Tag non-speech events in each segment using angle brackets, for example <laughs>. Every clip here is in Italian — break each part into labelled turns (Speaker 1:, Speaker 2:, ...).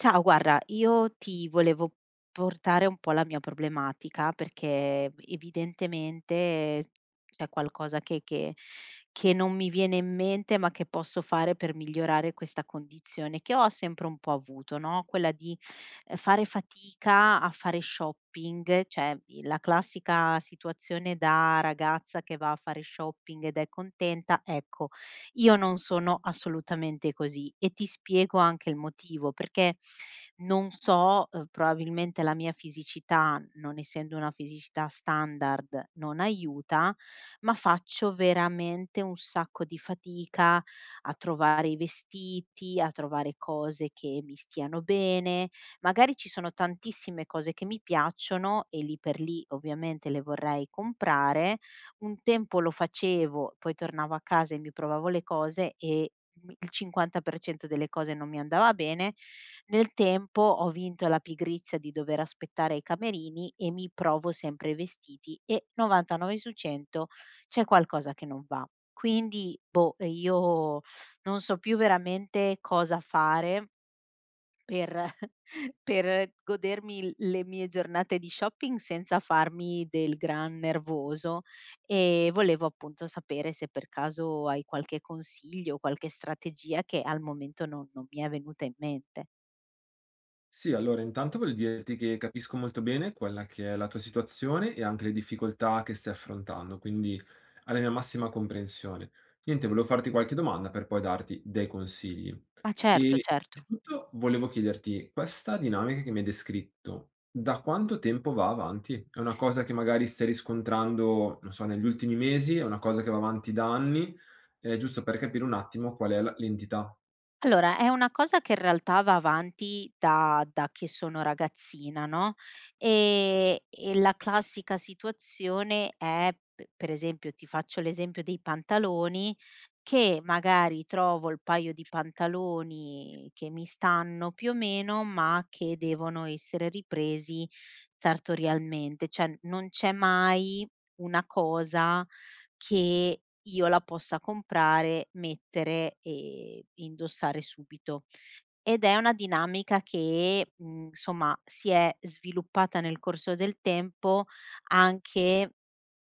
Speaker 1: Ciao, guarda, io ti volevo portare un po' la mia problematica perché evidentemente c'è qualcosa che non mi viene in mente, ma che posso fare per migliorare questa condizione che ho sempre un po' avuto, no? Quella di fare fatica a fare shopping, cioè la classica situazione da ragazza che va a fare shopping ed è contenta, ecco io non sono assolutamente così e ti spiego anche il motivo, perché non so, probabilmente la mia fisicità, non essendo una fisicità standard, non aiuta, ma faccio veramente un sacco di fatica a trovare i vestiti, a trovare cose che mi stiano bene. Magari ci sono tantissime cose che mi piacciono e lì per lì ovviamente le vorrei comprare, un tempo lo facevo, poi tornavo a casa e mi provavo le cose e mi il 50% delle cose non mi andava bene. Nel tempo ho vinto la pigrizia di dover aspettare i camerini e mi provo sempre i vestiti e 99 su 100 c'è qualcosa che non va. Quindi, io non so più veramente cosa fare per <laughs> per godermi l le mie giornate di shopping senza farmi del gran nervoso, e volevo appunto sapere se per caso hai qualche consiglio, qualche strategia che al momento non mi è venuta in mente.
Speaker 2: Sì, allora intanto voglio dirti che capisco molto bene quella che è la tua situazione e anche le difficoltà che stai affrontando, quindi alla mia massima comprensione. Niente, volevo farti qualche domanda per poi darti dei consigli.
Speaker 1: Ma
Speaker 2: E
Speaker 1: certo, certo.
Speaker 2: innanzitutto volevo chiederti, questa dinamica che mi hai descritto, da quanto tempo va avanti? È una cosa che magari stai riscontrando, non so, negli ultimi mesi, è una cosa che va avanti da anni? Giusto per capire un attimo qual è l'entità.
Speaker 1: Allora, è una cosa che in realtà va avanti da che sono ragazzina, no, e la classica situazione è p per esempio, ti faccio l'esempio dei pantaloni, che magari trovo il paio di pantaloni che mi stanno più o meno, ma che devono essere ripresi sartorialmente, cioè non c'è mai una cosa che io la possa comprare, mettere e indossare subito. Ed è una dinamica che, insomma si è sviluppata nel corso del tempo anche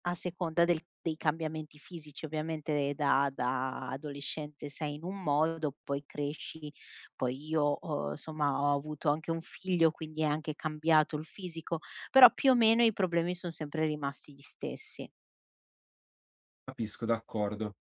Speaker 1: a seconda del dei cambiamenti fisici. Ovviamente da adolescente sei in un modo, poi cresci, poi io ho insomma ho avuto anche un figlio, quindi è anche cambiato il fisico, però più o meno i problemi son sempre rimasti gli stessi.
Speaker 2: Capisco, d'accordo.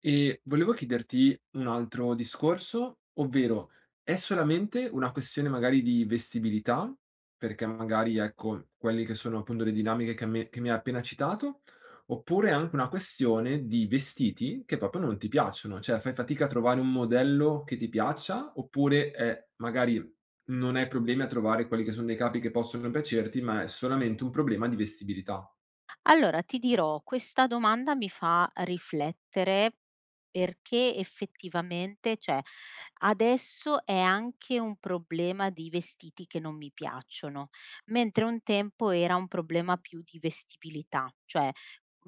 Speaker 2: E volevo chiederti un altro discorso, ovvero è solamente una questione magari di vestibilità, perché magari ecco quelle che sono appunto le dinamiche che mi hai appena citato, oppure è anche una questione di vestiti che proprio non ti piacciono, cioè fai fatica a trovare un modello che ti piaccia, oppure è magari non hai problemi a trovare quelli che sono dei capi che possono piacerti, ma è solamente un problema di vestibilità.
Speaker 1: Allora ti dirò, questa domanda mi fa riflettere perché effettivamente cioè, adesso è anche un problema di vestiti che non mi piacciono, mentre un tempo era un problema più di vestibilità, cioè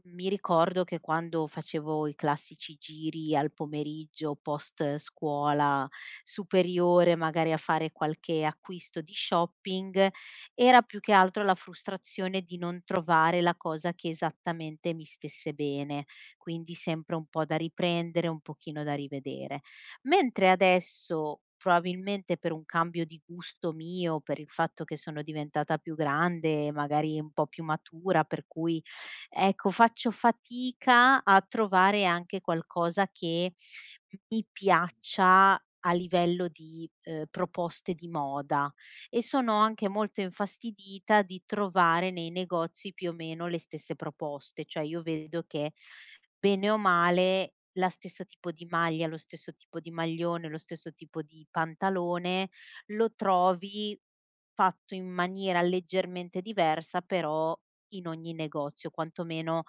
Speaker 1: mi ricordo che quando facevo i classici giri al pomeriggio post scuola superiore, magari a fare qualche acquisto di shopping, era più che altro la frustrazione di non trovare la cosa che esattamente mi stesse bene, quindi sempre un po' da riprendere, un pochino da rivedere. Mentre adesso probabilmente per un cambio di gusto mio, per il fatto che sono diventata più grande, magari un po' più matura, per cui ecco, faccio fatica a trovare anche qualcosa che mi piaccia a livello di, proposte di moda e sono anche molto infastidita di trovare nei negozi più o meno le stesse proposte. Cioè io vedo che, bene o male, la stessa tipo di maglia, lo stesso tipo di maglione, lo stesso tipo di pantalone lo trovi fatto in maniera leggermente diversa, però in ogni negozio, quantomeno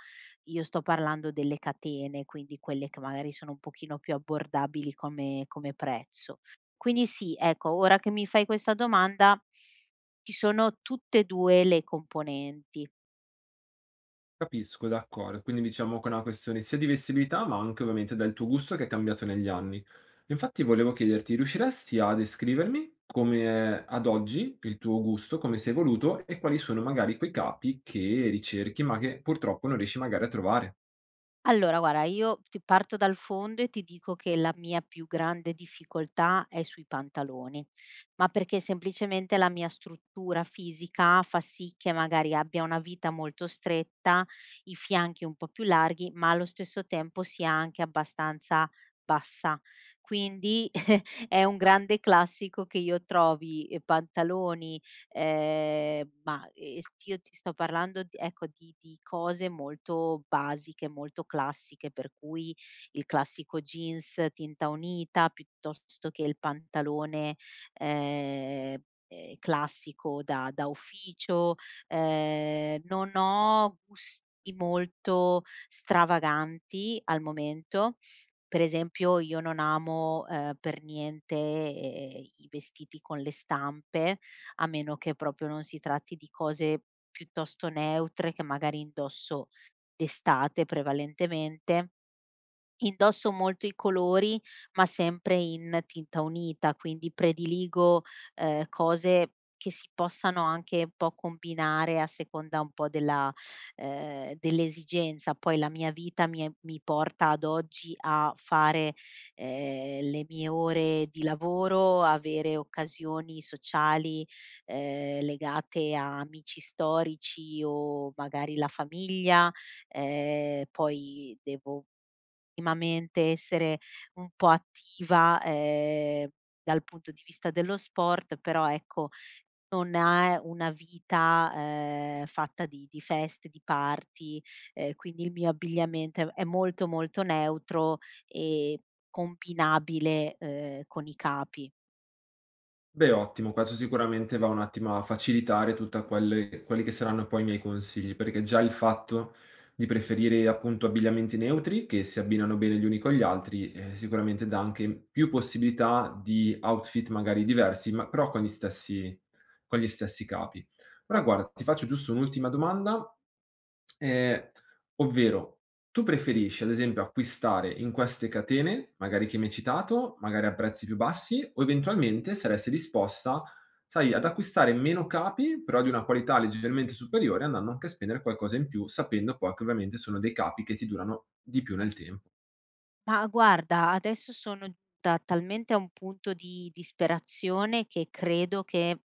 Speaker 1: io sto parlando delle catene, quindi quelle che magari sono un pochino più abbordabili come prezzo. Quindi sì, ecco, ora che mi fai questa domanda, ci sono tutte e 2 le componenti.
Speaker 2: Capisco, d'accordo. Quindi diciamo che è una questione sia di vestibilità, ma anche ovviamente del tuo gusto che è cambiato negli anni. Infatti volevo chiederti, riusciresti a descrivermi come è ad oggi il tuo gusto, come si è evoluto e quali sono magari quei capi che ricerchi, ma che purtroppo non riesci magari a trovare?
Speaker 1: Allora guarda, io ti parto dal fondo e ti dico che la mia più grande difficoltà è sui pantaloni, ma perché semplicemente la mia struttura fisica fa sì che magari abbia una vita molto stretta, i fianchi un po' più larghi, ma allo stesso tempo sia anche abbastanza bassa. Quindi <laughs> è un grande classico che io trovi, pantaloni. Ma, s Io ti sto parlando d ecco, di cose molto basiche, molto classiche, per cui il classico jeans tinta unita, piuttosto che il pantalone, ehm, classico da ufficio. Non ho gusti molto stravaganti al momento. Per esempio, io non amo, per niente, i vestiti con le stampe, a meno che proprio non si tratti di cose piuttosto neutre che magari indosso d'estate prevalentemente. Indosso molto i colori, ma sempre in tinta unita, quindi prediligo, cose che si possano anche un po' combinare a seconda un po' della dell'esigenza. Poi la mia vita mi è mi porta ad oggi a fare, le mie ore di lavoro, avere occasioni sociali, legate a amici storici o magari la famiglia, poi devo minimamente essere un po' attiva, dal punto di vista dello sport, però ecco, non è una vita, fatta di feste, di party, quindi il mio abbigliamento è molto, molto neutro e combinabile, con i capi.
Speaker 2: Beh, ottimo, questo sicuramente va un attimo a facilitare tutta quelle quelli che saranno poi i miei consigli, perché già il fatto di preferire appunto abbigliamenti neutri che si abbinano bene gli uni con gli altri, sicuramente dà anche più possibilità di outfit magari diversi, ma però con gli stessi capi. Ora guarda, ti faccio giusto un'ultima domanda, ehm, ovvero tu preferisci, ad esempio, acquistare in queste catene, magari che mi hai citato, magari a prezzi più bassi, o eventualmente saresti disposta, sai, ad acquistare meno capi, però di una qualità leggermente superiore, andando anche a spendere qualcosa in più, sapendo poi che ovviamente sono dei capi che ti durano di più nel tempo.
Speaker 1: Ma guarda, adesso sono giunta talmente a un punto di disperazione che credo che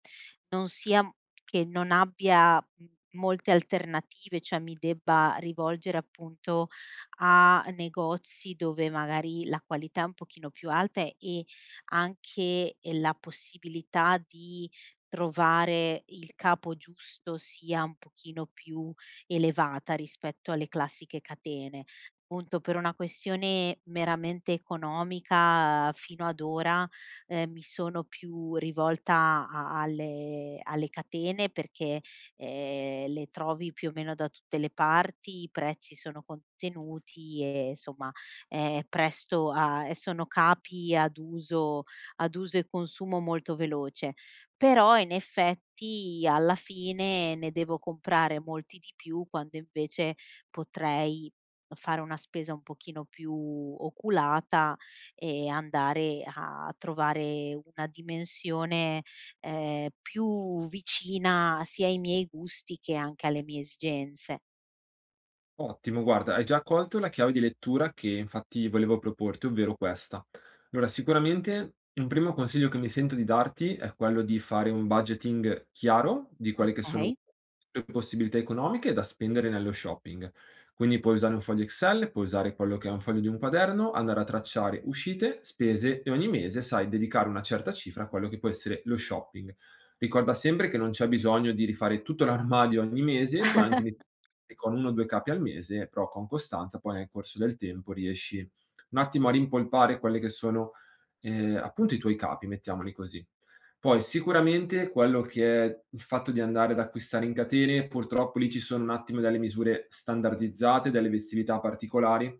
Speaker 1: non sia che non abbia m molte alternative, cioè mi debba rivolgere appunto a negozi dove magari la qualità è un pochino più alta e anche, la possibilità di trovare il capo giusto sia un pochino più elevata rispetto alle classiche catene. Punto per una questione meramente economica fino ad ora, mi sono più rivolta a alle catene perché, le trovi più o meno da tutte le parti, i prezzi sono contenuti e insomma, è presto a e sono capi ad uso e consumo molto veloce. Però in effetti alla fine ne devo comprare molti di più quando invece potrei fare una spesa un pochino più oculata e andare a trovare una dimensione, più vicina sia ai miei gusti che anche alle mie esigenze.
Speaker 2: Ottimo, guarda, hai già colto la chiave di lettura che infatti volevo proporti, ovvero questa. Allora, sicuramente un primo consiglio che mi sento di darti è quello di fare un budgeting chiaro di quelle che sono
Speaker 1: Okay.
Speaker 2: le tue possibilità economiche da spendere nello shopping. Quindi puoi usare un foglio Excel, puoi usare quello che è un foglio di un quaderno, andare a tracciare uscite, spese e ogni mese, sai, dedicare una certa cifra a quello che può essere lo shopping. Ricorda sempre che non c'è bisogno di rifare tutto l'armadio ogni mese, puoi anche iniziare
Speaker 1: <laughs>
Speaker 2: con 1 o 2 capi al mese, però con costanza poi nel corso del tempo riesci un attimo a rimpolpare quelle che sono, appunto i tuoi capi, mettiamoli così. Poi sicuramente quello che è il fatto di andare ad acquistare in catene, purtroppo lì ci sono un attimo delle misure standardizzate, delle festività particolari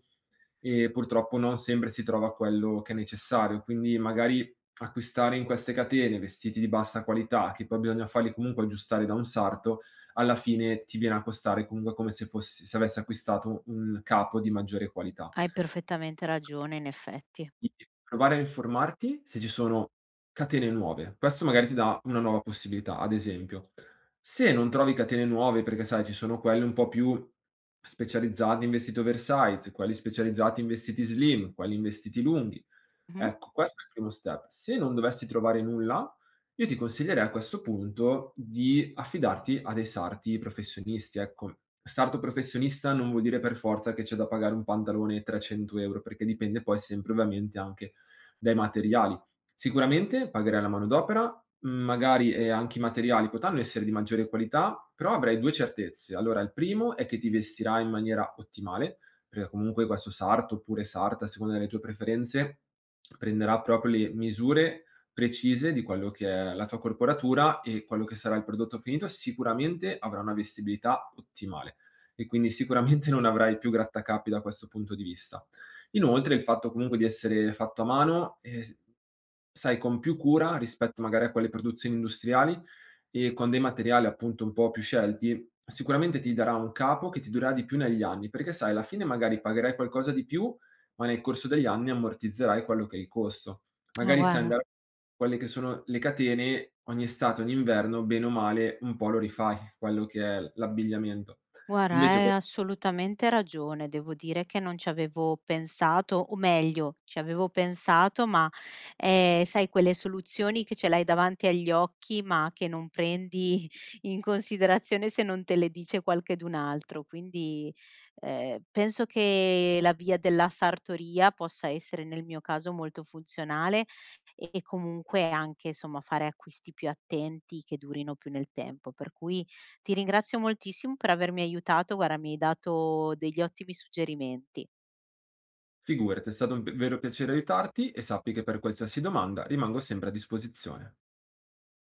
Speaker 2: e purtroppo non sempre si trova quello che è necessario. Quindi magari acquistare in queste catene vestiti di bassa qualità, che poi bisogna farli comunque aggiustare da un sarto, alla fine ti viene a costare comunque come se avessi acquistato un capo di maggiore qualità.
Speaker 1: Hai perfettamente ragione in effetti.
Speaker 2: Quindi provare a informarti se ci sono catene nuove. Questo magari ti dà una nuova possibilità, ad esempio. Se non trovi catene nuove, perché sai ci sono quelle un po' più specializzate in vestiti oversize, quelli specializzati in vestiti slim, quelli in vestiti lunghi.
Speaker 1: Mh-mh.
Speaker 2: Ecco, questo è il primo step. Se non dovessi trovare nulla, io ti consiglierei a questo punto di affidarti a dei sarti professionisti, ecco. Sarto professionista non vuol dire per forza che c'è da pagare un pantalone 300 €, perché dipende poi sempre ovviamente anche dai materiali. Sicuramente pagherai la manodopera, magari, anche i materiali potranno essere di maggiore qualità, però avrai 2 certezze. Allora, il primo è che ti vestirà in maniera ottimale, perché comunque questo sarto oppure sarta, a seconda delle tue preferenze, prenderà proprio le misure precise di quello che è la tua corporatura e quello che sarà il prodotto finito, sicuramente avrà una vestibilità ottimale e quindi sicuramente non avrai più grattacapi da questo punto di vista. Inoltre il fatto comunque di essere fatto a mano, s sai, con più cura rispetto magari a quelle produzioni industriali e con dei materiali appunto un po' più scelti. Sicuramente ti darà un capo che ti durerà di più negli anni, perché sai, alla fine magari pagherai qualcosa di più, ma nel corso degli anni ammortizzerai quello che è il costo.
Speaker 1: Ma
Speaker 2: Magari se
Speaker 1: guarda.
Speaker 2: andrà quelle che sono le catene, ogni estate, ogni inverno, bene o male, un po' lo rifai, quello che è l'abbigliamento.
Speaker 1: Guarda,
Speaker 2: Invece,
Speaker 1: hai
Speaker 2: que
Speaker 1: assolutamente ragione. Devo dire che non ci avevo pensato, o meglio, ci avevo pensato, ma sai, quelle soluzioni che ce l'hai davanti agli occhi, ma che non prendi <laughs> in considerazione se non te le dice qualchedun altro. Quindi penso che la via della sartoria possa essere nel mio caso molto funzionale e comunque anche, insomma, fare acquisti più attenti che durino più nel tempo. Per cui ti ringrazio moltissimo per avermi aiutato, guarda, mi hai dato degli ottimi suggerimenti.
Speaker 2: figurati, è stato un p vero piacere aiutarti e sappi che per qualsiasi domanda rimango sempre a disposizione.